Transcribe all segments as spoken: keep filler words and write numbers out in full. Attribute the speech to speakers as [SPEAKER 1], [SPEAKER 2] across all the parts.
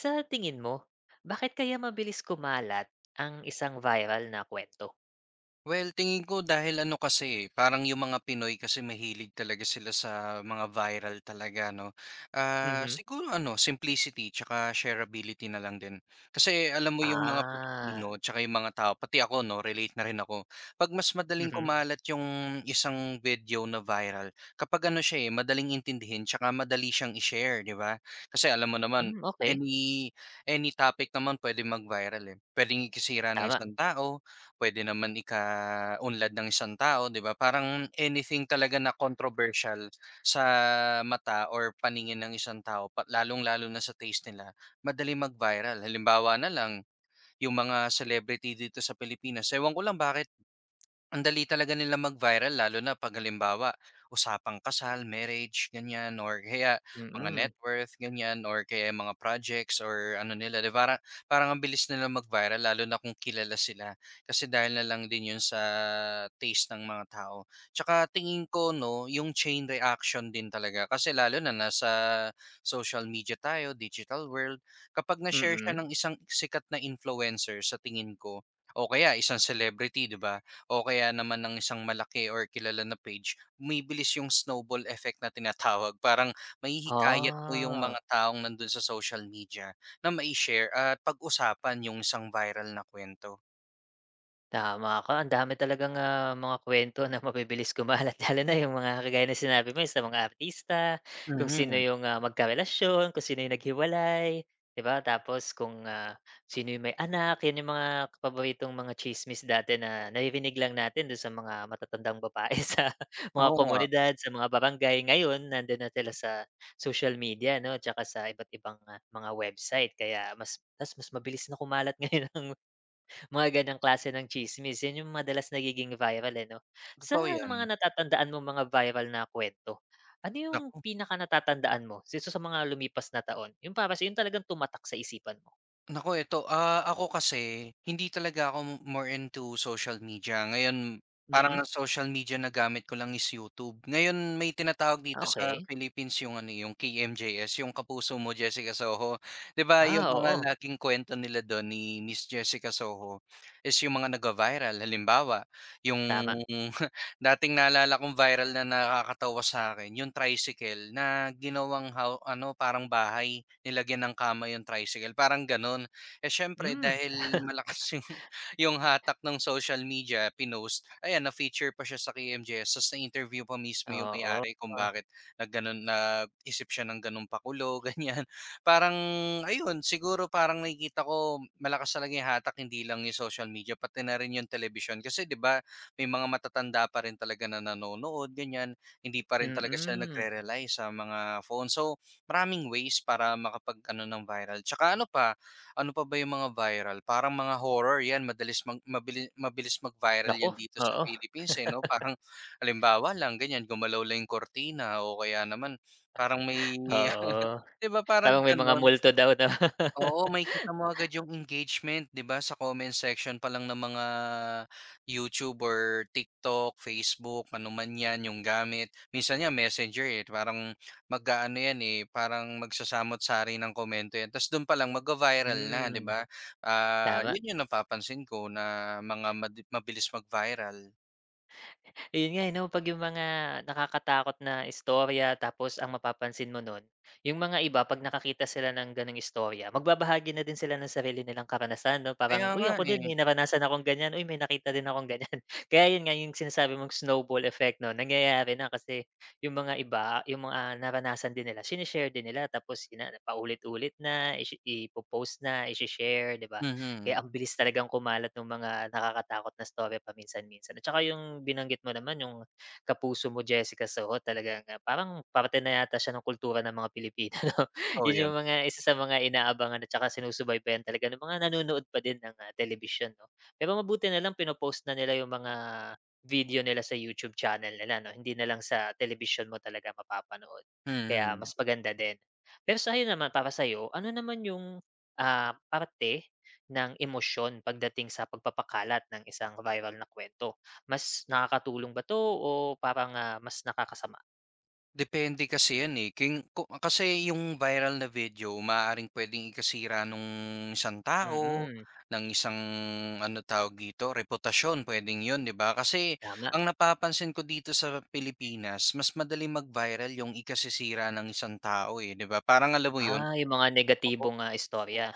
[SPEAKER 1] Sa tingin mo, bakit kaya mabilis kumalat ang isang viral na kwento?
[SPEAKER 2] Well, tingin ko dahil ano kasi, eh, parang yung mga Pinoy kasi mahilig talaga sila sa mga viral talaga, no? Ah,
[SPEAKER 1] Mhm.
[SPEAKER 2] siguro ano, simplicity tsaka shareability na lang din. Kasi alam mo yung mga
[SPEAKER 1] Ah,
[SPEAKER 2] Pilipino tsaka yung mga tao, pati ako, no, relate na rin ako. Pag mas madaling
[SPEAKER 1] mhm.
[SPEAKER 2] kumalat yung isang video na viral, kapag ano siya eh, madaling intindihin tsaka madali siyang i-share, di ba? Kasi alam mo naman,
[SPEAKER 1] Hmm, okey.
[SPEAKER 2] any any topic naman pwede mag-viral eh. Pwedeng ikisira ng
[SPEAKER 1] Tama.
[SPEAKER 2] isang tao, puwede naman unlad ng isang tao, 'di ba? Parang anything talaga na controversial sa mata or paningin ng isang tao pa lalong-lalo na sa taste nila, madali mag-viral. Halimbawa na lang, yung mga celebrity dito sa Pilipinas, ewan ko lang bakit ang dali talaga nilang mag-viral lalo na 'pag halimbawa, usapang kasal, marriage, ganyan or kaya mga
[SPEAKER 1] Mm.
[SPEAKER 2] net worth, ganyan or kaya yung mga projects or ano nila 'di para parang parang ang bilis nilang mag-viral lalo na kung kilala sila. Kasi dahil na lang din 'yun sa taste ng mga tao. Tsaka tingin ko 'no, yung chain reaction din talaga kasi lalo na nasa social media tayo, digital world, kapag na-share siya
[SPEAKER 1] Mm.
[SPEAKER 2] ng isang sikat na influencer sa tingin ko, o kaya isang celebrity 'di ba, o kaya naman ng isang malaki or kilala na page, bumibilis yung snowball effect na tinatawag. Parang mahihikayat mo yung mga
[SPEAKER 1] Ah.
[SPEAKER 2] taong nandun sa social media na mai-share at pag-usapan yung isang viral na kwento.
[SPEAKER 1] Tama ka, ang dami talagang, ah, mga kuwento na mabibilis kumalat lalo na yung mga kagaya na sinabi mo yung sa mga artista, kung sino
[SPEAKER 2] Mhm,
[SPEAKER 1] yung, ah, magkarelasyon, kung sino yung naghiwalay, 'di ba? Tapos kung, ah, sino yung may anak, 'yan yung mga paboritong mga tsismis dati na naririnig lang natin do'n sa mga matatandang babae sa mga
[SPEAKER 2] oo nga,
[SPEAKER 1] komunidad, sa mga barangay. Ngayon nando'n na sila sa social media 'no, tsaka sa iba't ibang, ah, mga website kaya mas mas mas mabilis na kumalat ngayon ang mga ganyang klase ng tsismis, 'yun yung madalas nagiging viral, eh, 'no? Sa
[SPEAKER 2] totoo yan.
[SPEAKER 1] mga natatandaan mo mga viral na kwento, ano yung
[SPEAKER 2] Naku.
[SPEAKER 1] pinakanatatandaan mo dito sa mga lumipas na taon? Yung para sa yung talagang tumatak sa isipan mo?
[SPEAKER 2] Nako, eto, ah, ako kasi hindi talaga ako m- more into social media. Ngayon
[SPEAKER 1] Mm.
[SPEAKER 2] parang ang social media na gamit ko lang is YouTube. Ngayon may tinatawag
[SPEAKER 1] ah,
[SPEAKER 2] dito sa
[SPEAKER 1] okey.
[SPEAKER 2] Philippines yung ano, yung K M J S, yung Kapuso Mo, Jessica Soho. 'Di ba yung
[SPEAKER 1] Ah,
[SPEAKER 2] mga
[SPEAKER 1] oo.
[SPEAKER 2] laging kuwento nila dun ni Miss Jessica Soho is yung mga nagva-viral. Halimbawa, yung
[SPEAKER 1] Tama.
[SPEAKER 2] dating naalala kong viral na nakakatawa sa akin yung tricycle na ginawang how ano, parang bahay, nilagyan ng kama yung tricycle, parang gano'n. Eh, siyempre
[SPEAKER 1] Hmm,
[SPEAKER 2] dahil malakas yung yung hatak ng social media, pinost, ayan na-feature pa siya sa K M J S ta's na-interview pa mismo yung
[SPEAKER 1] oo.
[SPEAKER 2] may-ari kung bakit naggano'n na isip siya ng gano'ng pakulo, ganiyan. Parang ayun, siguro parang nakikita ko malakas talaga yung hatak hindi lang yung social media, pati na rin yung television kasi 'di ba may mga matatanda pa rin talaga na nanonood ganyan, hindi pa rin talaga sila
[SPEAKER 1] Mm.
[SPEAKER 2] nagre-rely sa mga phone. So, maraming ways para makapag-ano ng viral. Tsaka ano pa, ano pa ba yung mga viral? Parang mga horror 'yan madalis mag mabili mabilis mag-viral
[SPEAKER 1] Naku.
[SPEAKER 2] 'yan dito sa
[SPEAKER 1] Oo.
[SPEAKER 2] Philippines, eh, 'no? Parang halimbawa lang ganyan, gumalaw lang yung kurtina o kaya naman parang may
[SPEAKER 1] Oo.
[SPEAKER 2] 'di ba parang
[SPEAKER 1] Parang may mga
[SPEAKER 2] gano'n?
[SPEAKER 1] multo daw 'no?
[SPEAKER 2] Oo, makikita mo agad yung engagement 'di ba, sa comment section pa lang ng mga YouTube or TikTok, Facebook, ano man 'yan yung gamit. Minsan nga Messenger, eh, parang mag-aano 'yan, eh, parang magsasamot-sari ng komento 'yan ta's do'n pa lang magva-viral na 'di
[SPEAKER 1] Hmm.
[SPEAKER 2] ba? Ah,
[SPEAKER 1] Tama.
[SPEAKER 2] 'yun yung napapansin ko na mga madi mabilis mag-viral.
[SPEAKER 1] Ayun nga, eh, 'no, 'pag yung mga nakakatakot na istorya tapos ang mapapansin mo nun, yung mga iba 'pag nakakita sila ng gano'ng istorya, magbabahagi na din sila ng sarili nilang karanasan 'no,
[SPEAKER 2] Kaya
[SPEAKER 1] parang, "Uy,
[SPEAKER 2] nga,
[SPEAKER 1] ako din
[SPEAKER 2] eh.
[SPEAKER 1] may naranasan akong ganyan, uy, may nakita din akong ganyan." Kaya yun nga, yung sinasabi mong snowball effect 'no, nangyayari na kasi yung mga iba, yung mga naranasan din nila, sinishare din nila tapos yun na paulit-ulit na, ishi ipo na, ishi-share, 'di ba? Kaya
[SPEAKER 2] Mhm,
[SPEAKER 1] ang bilis talagang kumalat nung mga nakakatakot na istorya paminsan-minsan at saka yung binanggit mo naman yung kapuso mo Jessica Soho talagang, ah, parang parte na yata siya ng kultura ng mga Pilipino 'no?
[SPEAKER 2] totoo
[SPEAKER 1] Yun
[SPEAKER 2] 'yun.
[SPEAKER 1] yung mga isa sa mga inaabangan at saka sinusubaybayan talaga ng mga nanonood pa din ng, ah, telebisyon 'no. Pero mabuti na lang pinopost na nila yung mga video nila sa YouTube channel nila 'no, hindi na lang sa television mo talaga mapapanood, kaya
[SPEAKER 2] Mm.
[SPEAKER 1] mas maganda din. Pero sa sa'yo naman, para sa'yo, ano naman yung, ah, parte ng emosyon pagdating sa pagpapakalat ng isang viral na kwento? Mas nakakatulong ba 'to o parang, ah, mas nakakasama?
[SPEAKER 2] Depende kasi 'yan, eh, king ku kasi yung viral na video maaaring puwedeng ikasira nung isang tao,
[SPEAKER 1] Mm.
[SPEAKER 2] ng isang ano tawag dito, reputasyon puwedeng 'yun, 'di ba? Kasi
[SPEAKER 1] Tama.
[SPEAKER 2] ang napapansin ko dito sa Pilipinas mas madaling mag-viral yung ikasisira ng isang tao, eh, 'di ba? Parang alam mo 'yun?
[SPEAKER 1] Ah, yung mga
[SPEAKER 2] Oo.
[SPEAKER 1] negatibong, ah, istorya.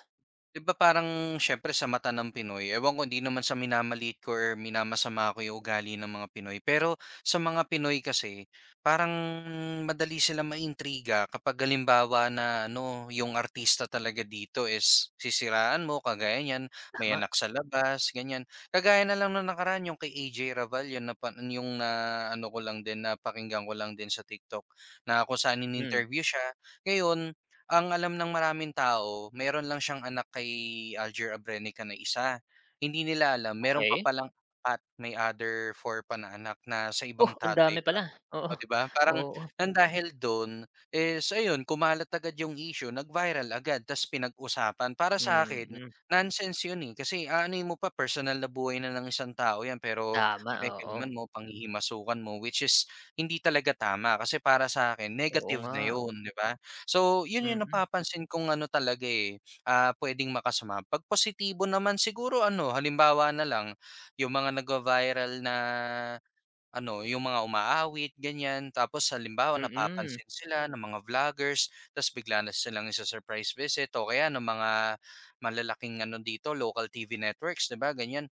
[SPEAKER 2] 'Di ba parang siyempre sa mata ng Pinoy, ewan ko hindi naman sa minamaliit ko or minamasama ko yung ugali ng mga Pinoy. Pero sa mga Pinoy kasi, parang madali sila maintriga kapag halimbawa na ano, yung artista talaga dito is sisiraan mo, kagaya niyan, may
[SPEAKER 1] Tama.
[SPEAKER 2] anak sa labas, ganyan. Kagaya na lang nung nakaraan yung kay A J Raval, yun na pa- yung na ano ko lang din, napakinggan ko lang din sa TikTok na kung saan
[SPEAKER 1] Hmm,
[SPEAKER 2] in-interview siya. Ngayon, ang alam ng maraming tao, meron lang siyang anak kay Alger Abrenica na isa. Hindi nila alam meron pa
[SPEAKER 1] okey.
[SPEAKER 2] palang four, may other four pa na anak na sa
[SPEAKER 1] Oh,
[SPEAKER 2] ibang
[SPEAKER 1] ang
[SPEAKER 2] tatay
[SPEAKER 1] dami
[SPEAKER 2] pa.
[SPEAKER 1] pala, oo.
[SPEAKER 2] Oh, 'di ba? Parang
[SPEAKER 1] Oo.
[SPEAKER 2] nang dahil dun is ayun, kumalat agad yung issue, nag-viral agad ta's pinag-usapan. Para sa akin,
[SPEAKER 1] Mm.
[SPEAKER 2] nonsense yun, eh, kasi aanuhin mo pa personal na buhay na ng isang tao yan pero
[SPEAKER 1] Tama. Oo.
[SPEAKER 2] pakikialaman mo, panghihimasukan mo, which is hindi talaga tama kasi para sa akin
[SPEAKER 1] Oo
[SPEAKER 2] negative
[SPEAKER 1] nga.
[SPEAKER 2] na yun, 'di ba? So, yun yung
[SPEAKER 1] Mm.
[SPEAKER 2] napapansin kong ano talaga, eh, ah, puwedeng makasama. 'Pag positibo naman siguro ano, halimbawa na lang, yung mga nagva-viral na ano, yung mga umaawit ganyan. Tapos halimbawa
[SPEAKER 1] Mm.
[SPEAKER 2] napapansin sila ng mga vloggers, ta's bigla na silang isa-surprise visit o kaya ng mga malalaking ano dito, local T V networks, 'di ba, ganyan.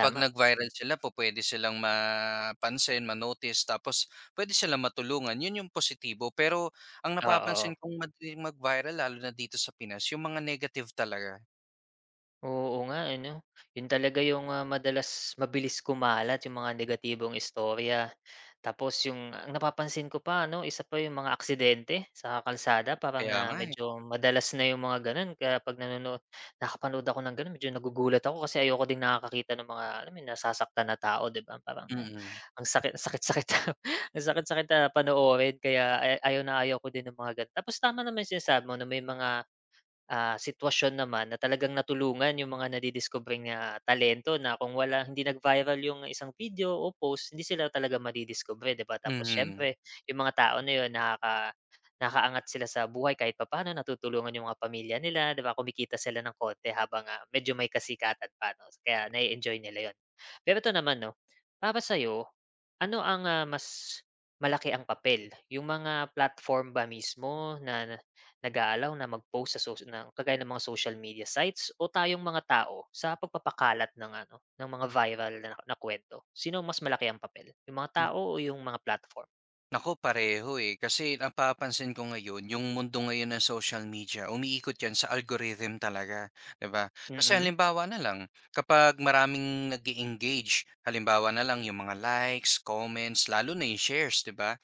[SPEAKER 2] 'Pag nag-viral sila po, pwede silang mapansin, ma-notice tapos pwede silang matulungan, 'yun yung positibo. Pero ang
[SPEAKER 1] Oo.
[SPEAKER 2] napapansin kong madaling mag-viral lalo na dito sa Pinas yung mga negative talaga.
[SPEAKER 1] Oo nga, ano, yun talaga yung, ah, madalas mabilis kumalat yung mga negatibong istorya. Tapos yung ang napapansin ko pa, ano, isa pa yung mga aksidente sa kalsada parang,
[SPEAKER 2] Kaya
[SPEAKER 1] ah,
[SPEAKER 2] nga, eh.
[SPEAKER 1] medyo madalas na yung mga gano'n kaya 'pag nanonood nakapanood ako ng gano'n medyo nagugulat ako kasi ayoko din nakakakita ng mga alam mo yun, nasasaktan na tao, 'di ba? Parang, ah,
[SPEAKER 2] Mm.
[SPEAKER 1] ang sakit sakit-sakit ang sakit-sakit, ah, panoorin kaya ay ayaw na ayaw ko din ng mga gano'n. Tapos tama naman yung sinasabi mo na may mga ah, sitwasyon naman na talagang natulungan yung mga nadidiskubreng, ah, talento na kung wala hindi nag-viral yung isang video o post, hindi sila talaga madidiskubre, 'di ba? Tapos
[SPEAKER 2] Mhm.
[SPEAKER 1] siyempre yung mga tao na yun nakaka nakakaangat sila sa buhay kahit papaano, natutulungan yung mga pamilya nila, 'di ba? Kumikita sila ng konti habang, ah, medyo may kasikatan pa 'no, kaya na-e-enjoy nila yun. Pero ito naman 'no, para sa'yo, ano ang, ah, mas malaki ang papel, yung mga platform ba mismo na nag-aalaw na mag-post sa social ng kagaya ng mga social media sites o tayong mga tao sa pagpapakalat ng ano, ng mga viral na na kuwento? Sino mas malaki ang papel, yung mga
[SPEAKER 2] Na
[SPEAKER 1] tao o yung mga platform?
[SPEAKER 2] naku pareho, eh. Kasi napapansin ko ngayon yung mundo ngayon ng social media umiikot 'yan sa algorithm talaga, 'di ba? Kasi
[SPEAKER 1] Mm.
[SPEAKER 2] halimbawa na lang, kapag maraming nag engage halimbawa na lang yung mga likes, comments, lalo na yung shares, 'di ba?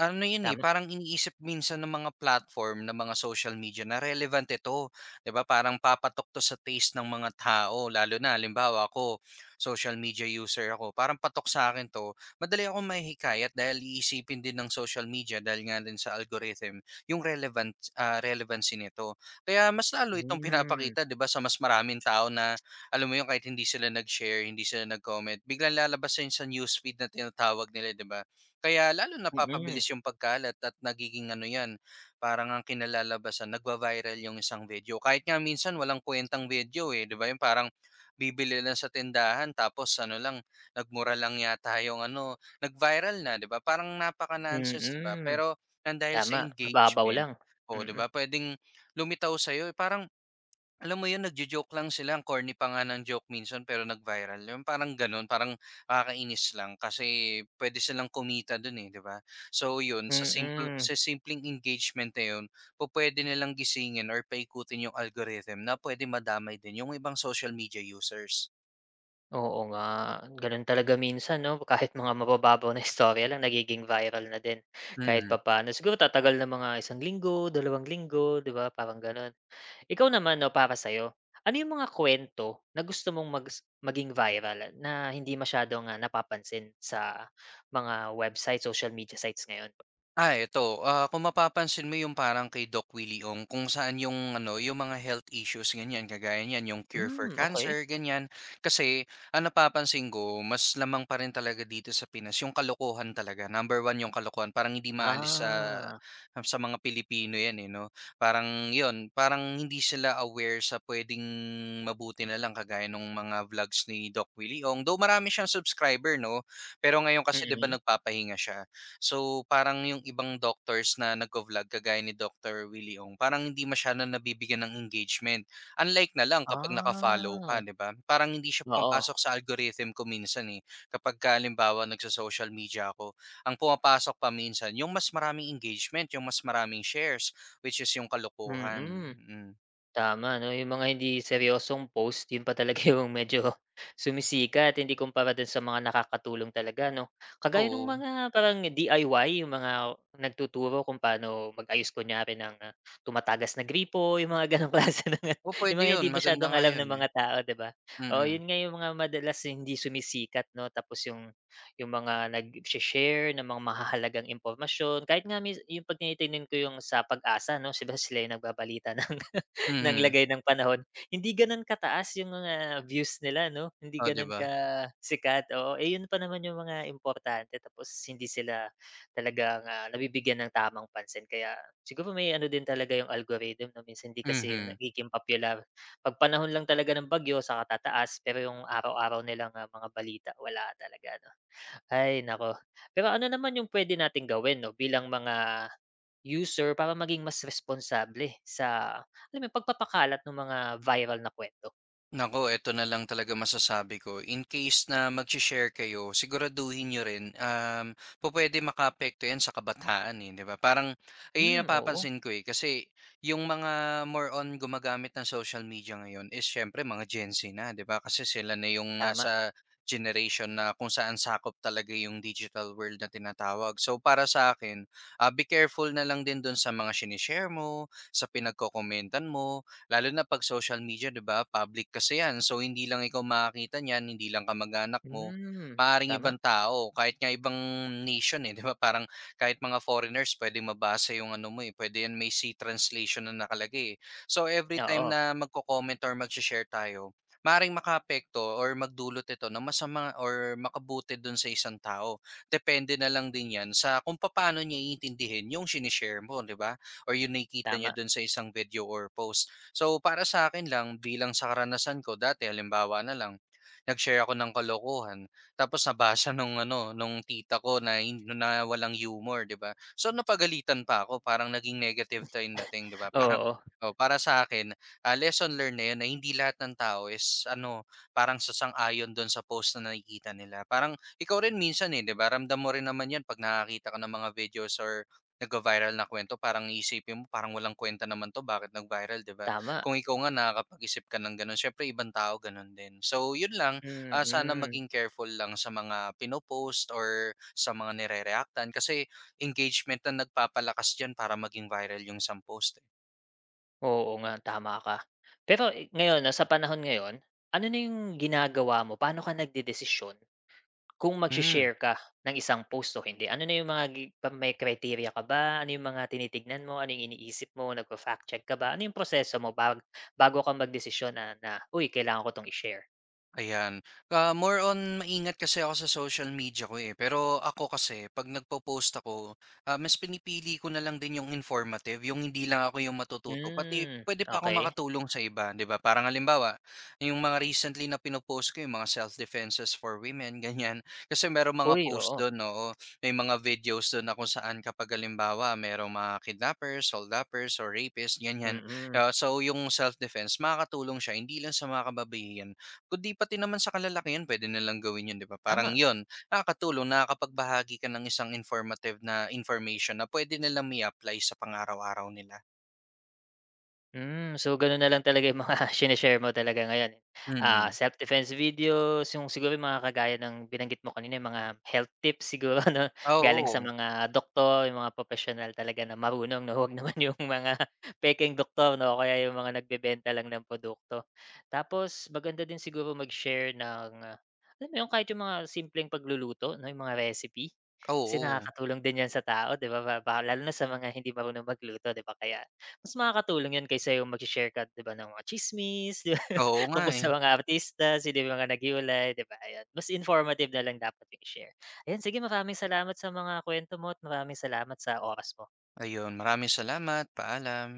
[SPEAKER 2] Ano 'yun, eh,
[SPEAKER 1] Tama.
[SPEAKER 2] parang iniisip minsan ng mga platform, ng mga social media na relevant ito, 'di ba? Parang papatok 'to sa taste ng mga tao lalo na halimbawa ako, social media user ako, parang patok sa akin 'to. Madali akong mahihikayat dahil iisipin din ng social media dahil nga din sa algorithm yung relevant ah, relevancy nito. Kaya mas lalo itong
[SPEAKER 1] Hmm.
[SPEAKER 2] pinapakita, 'di ba, sa mas maraming tao na alam mo 'yun, kahit hindi sila nag-share, hindi sila nag-comment, biglang lalabas 'yun sa newsfeed na tinatawag nila, 'di ba? Kaya lalo
[SPEAKER 1] Mm.
[SPEAKER 2] napapabilis yung pagkalat at nagiging ano 'yan, parang ang kinalalabasan nagva-viral yung isang video. Kahit nga minsan walang kuwentang video, eh, 'di ba, yung parang bibili lang sa tindahan tapos ano lang, nagmura lang yata yung ano, nag-viral na, 'di ba? Parang napaka-nonsense, 'di ba?
[SPEAKER 1] Mm.
[SPEAKER 2] Pero nang dahil sa
[SPEAKER 1] Tama, mababaw
[SPEAKER 2] engagement,
[SPEAKER 1] lang.
[SPEAKER 2] oh, 'di
[SPEAKER 1] Mm.
[SPEAKER 2] ba, puwedeng lumitaw sa'yo, eh. Parang alam mo 'yun, nagjo-joke lang sila, ang corny pa nga ng joke minsan pero nag-viral, yung parang gano'n. Parang nakakainis lang kasi pwede silang kumita dun, eh, 'di ba? So yun, sa simple
[SPEAKER 1] Mm.
[SPEAKER 2] sa simpleng engagement na yun, pupuwede nilang gisingin or paikutin yung algorithm na pwede madamay din yung ibang social media users.
[SPEAKER 1] Oo nga, gano'n talaga minsan 'no, kahit mga mabababaw na istorya lang nagiging viral na din kahit
[SPEAKER 2] Mm.
[SPEAKER 1] papaano. Siguro tatagal na mga isang linggo, dalawang linggo, 'di ba, parang gano'n. Ikaw naman 'no, para sa'yo, ano yung mga kwento na gusto mong mag maging viral na hindi masyadong, ah, napapansin sa mga website, social media sites ngayon?
[SPEAKER 2] Ah, eto, ah, kung mapapansin mo yung parang kay Doc Willie Ong kung saan yung ano, yung mga health issues ganyan, kagaya niyan yung cure for
[SPEAKER 1] Hmm. Okay.
[SPEAKER 2] cancer ganyan. Kasi ang napapansin ko mas lamang pa rin talaga dito sa Pinas yung kalokohan talaga, number one yung kalokohan parang hindi maalis sa
[SPEAKER 1] Ah.
[SPEAKER 2] sa mga Pilipino yan, eh, 'no. Parang yon, parang hindi sila aware sa puwedeng mabuti na lang kagaya nung mga vlogs ni Doc Willie Ong, though marami siyang subscriber 'no, pero ngayon kasi 'di ba
[SPEAKER 1] Mm.
[SPEAKER 2] nagpapahinga siya. So, parang yung ibang doctors na nagvo-vlog kagaya ni Doctor Willie Ong, parang hindi masyadong nabibigyan ng engagement. Unlike na lang kapag naka-follow
[SPEAKER 1] Ah,
[SPEAKER 2] ka, 'di ba? Parang hindi siya
[SPEAKER 1] oo.
[SPEAKER 2] pumapasok sa algorithm ko minsan, eh. Kapagka halimbawa nagso-social media ako, ang pumapasok pa minsan yung mas maraming engagement, yung mas maraming shares, which is yung kalokohan,
[SPEAKER 1] Mm.
[SPEAKER 2] mm.
[SPEAKER 1] Tama 'no, yung mga hindi seryosong post yun pa talaga yung medyo sumisikat, hindi kumpara dun sa mga nakakatulong talaga 'no. Kagaya ng
[SPEAKER 2] Oo.
[SPEAKER 1] mga parang D I Y, yung mga nagtuturo kung paano mag-ayos kunyari ng, ah, tumatagas na gripo yung mga ganong klase ng
[SPEAKER 2] Oh,
[SPEAKER 1] yung
[SPEAKER 2] puwede
[SPEAKER 1] mga
[SPEAKER 2] yun,
[SPEAKER 1] hindi
[SPEAKER 2] maganda
[SPEAKER 1] masyadong
[SPEAKER 2] nga
[SPEAKER 1] alam ng
[SPEAKER 2] yun, eh.
[SPEAKER 1] mga tao, 'di ba? O
[SPEAKER 2] Mm,
[SPEAKER 1] yun nga yung mga madalas hindi sumisikat 'no, tapos yung yung mga nag share ng mga mahalagang impormasyon, kahit nga mis yung 'pag tinitingnan ko yung sa Pag-asa 'no, 'di sila yung nagbabalita ng ng
[SPEAKER 2] mm.
[SPEAKER 1] lagay ng panahon, hindi gano'n kataas yung mga views nila 'no, hindi
[SPEAKER 2] Oh, 'di
[SPEAKER 1] gano'n
[SPEAKER 2] ba?
[SPEAKER 1] sikat, oo. Eh, 'yun pa naman yung mga importante tapos hindi sila talagang, ah, nabibigyan ng tamang pansin kaya siguro may ano din talaga yung algorithm 'no, minsan hindi kasi
[SPEAKER 2] Mhm.
[SPEAKER 1] nagiging popular. 'Pag panahon lang talaga ng bagyo saka tataas, pero yung araw-araw nilang, ah, mga balita wala talaga 'no. Ay naku, pero ano naman yung pwede nating gawin 'no bilang mga user para maging mas responsable sa alam mo yun, pagpapakalat ng mga viral na kuwento.
[SPEAKER 2] Naku, eto na lang talaga masasabi ko, in case na magsi-share kayo, siguraduhin niyo rin, um, pupwede makaapekto 'yan sa kabataan, eh, 'di ba? Parang ayun yung
[SPEAKER 1] Hmm, oo.
[SPEAKER 2] napapansin ko, eh, kasi yung mga more on gumagamit ng social media ngayon is siyempre mga Gen Z na, 'di ba? Kasi sila na yung
[SPEAKER 1] Tama.
[SPEAKER 2] nasa generation na kung saan sakop talaga yung digital world na tinatawag. So, para sa akin, ah, be careful na lang din dun sa mga sinishare mo, sa pinagkokomentan mo, lalo na 'pag social media, 'di ba, public kasi 'yan. So, hindi lang ikaw makakita niyan, hindi lang kamag-anak mo,
[SPEAKER 1] Hmm.
[SPEAKER 2] maaaring
[SPEAKER 1] Tama.
[SPEAKER 2] ibang tao, kahit nga ibang nation, eh, 'di ba? Parang kahit mga foreigners puwedeng mabasa 'yung ano mo, eh, puwede 'yan may C translation na nakalagay, eh. So, every time
[SPEAKER 1] Oo.
[SPEAKER 2] na magko-comment or magshe-share tayo, maaaring makaapekto or magdulot ito ng masama or makabuti dun sa isang tao. Depende na lang din 'yan sa kung paano niya iintindihin 'yung sinishare mo, 'di ba, or 'yung nakikita
[SPEAKER 1] Tama.
[SPEAKER 2] niya dun sa isang video or post. So, para sa akin lang, bilang sa karanasan ko dati, halimbawa na lang, nag-share ako ng kalokohan. Tapos nabasa nung ano, nung tita ko na, hin- na walang humor, 'di ba? So napagalitan pa ako, parang naging negative tayong dating, 'di ba? Parang
[SPEAKER 1] Oo.
[SPEAKER 2] oh, para sa akin, ah, lesson learned na 'yun na hindi lahat ng tao is ano, parang sasang-ayon doon sa post na nakikita nila. Parang ikaw rin minsan eh, 'di ba? Ramdam mo rin naman 'yan pag nakakita ka ng mga videos or nag-viral na kwento, parang iisipin mo, parang walang kwenta naman to, bakit nag-viral, di ba?
[SPEAKER 1] Tama.
[SPEAKER 2] Kung ikaw nga nakakapag-isip ka ng gano'n, siyempre ibang tao gano'n din. So yun lang, ah, sana
[SPEAKER 1] Mm.
[SPEAKER 2] maging careful lang sa mga pinopost or sa mga nire-reactan kasi engagement na nagpapalakas diyan para maging viral yung isang post, eh.
[SPEAKER 1] Oo nga, tama ka. Pero, eh, ngayon 'no, sa panahon ngayon, ano na yung ginagawa mo? Paano ka nagdedesisyon? Kung
[SPEAKER 2] Hmm.
[SPEAKER 1] magshe-share ka ng isang post o hindi, ano na yung mga gi pa may criteria ka ba? Ano yung mga tinitignan mo? Ano yung iniisip mo? Nagfa-fact check ka ba? Ano yung proseso mo bag bago ka magdesisyon na na, "Uy, kailangan ko 'tong i-share."
[SPEAKER 2] Ayan. Ah, more on maingat kasi ako sa social media ko eh. Pero ako kasi, pag nagpo-post ako, ah, mas pinipili ko na lang din yung informative, yung hindi lang ako yung matututo. Pati
[SPEAKER 1] Hmm.
[SPEAKER 2] pwede pa ako
[SPEAKER 1] Okay.
[SPEAKER 2] makatulong sa iba, di ba? Parang halimbawa, yung mga recently na pinopost ko, yung mga self-defenses for women, ganyan. Kasi meron mga
[SPEAKER 1] Uy,
[SPEAKER 2] post
[SPEAKER 1] oo.
[SPEAKER 2] doon, no? May mga videos doon na kung saan kapag halimbawa, merong mga kidnappers, soldappers, or rapists, ganyan.
[SPEAKER 1] Mm.
[SPEAKER 2] Ah, so yung self-defense, makakatulong siya, hindi lang sa mga kababaihan, kundi pati naman sa kalalakihan puwede nilang gawin 'yun, 'di ba? Parang
[SPEAKER 1] Tama.
[SPEAKER 2] 'yun, nakakatulong, nakakapagbahagi ka ng isang informative na information na pwede nilang mai-apply sa pang-araw-araw nila.
[SPEAKER 1] Hmm, so gano'n na lang talaga yung mga shine-share mo talaga ngayon, ah,
[SPEAKER 2] Mm.
[SPEAKER 1] self-defense videos, yung siguro yung mga kagaya ng binanggit mo kanina yung mga health tips siguro 'no, galing sa
[SPEAKER 2] Oo,
[SPEAKER 1] mga doktor, yung mga propesyonal talaga na marunong 'no, huwag naman yung mga pekeng doktor 'no, o kaya yung mga nagbebenta lang ng produkto. Tapos maganda din siguro mag-share ng, ah, alam mo yun, kahit yung mga simpleng pagluluto 'no, yung mga recipe, kasi
[SPEAKER 2] oo.
[SPEAKER 1] nakakatulong din yan sa tao, 'di ba, ba? Pa lalo na sa mga hindi marunong magluto, 'di ba, kaya mas makakatulong 'yun kaysa yung magse-share ka 'di ba ng mga tsismis, 'di ba,
[SPEAKER 2] Oo nga,
[SPEAKER 1] tungkol
[SPEAKER 2] eh.
[SPEAKER 1] sa mga artista, sino yung mga naghiwalay, 'di ba, ayan. Mas informative na lang dapat yung share. Ayan, sige, maraming salamat sa mga kuwento mo at maraming salamat sa oras mo.
[SPEAKER 2] Ayun, maraming salamat, paalam.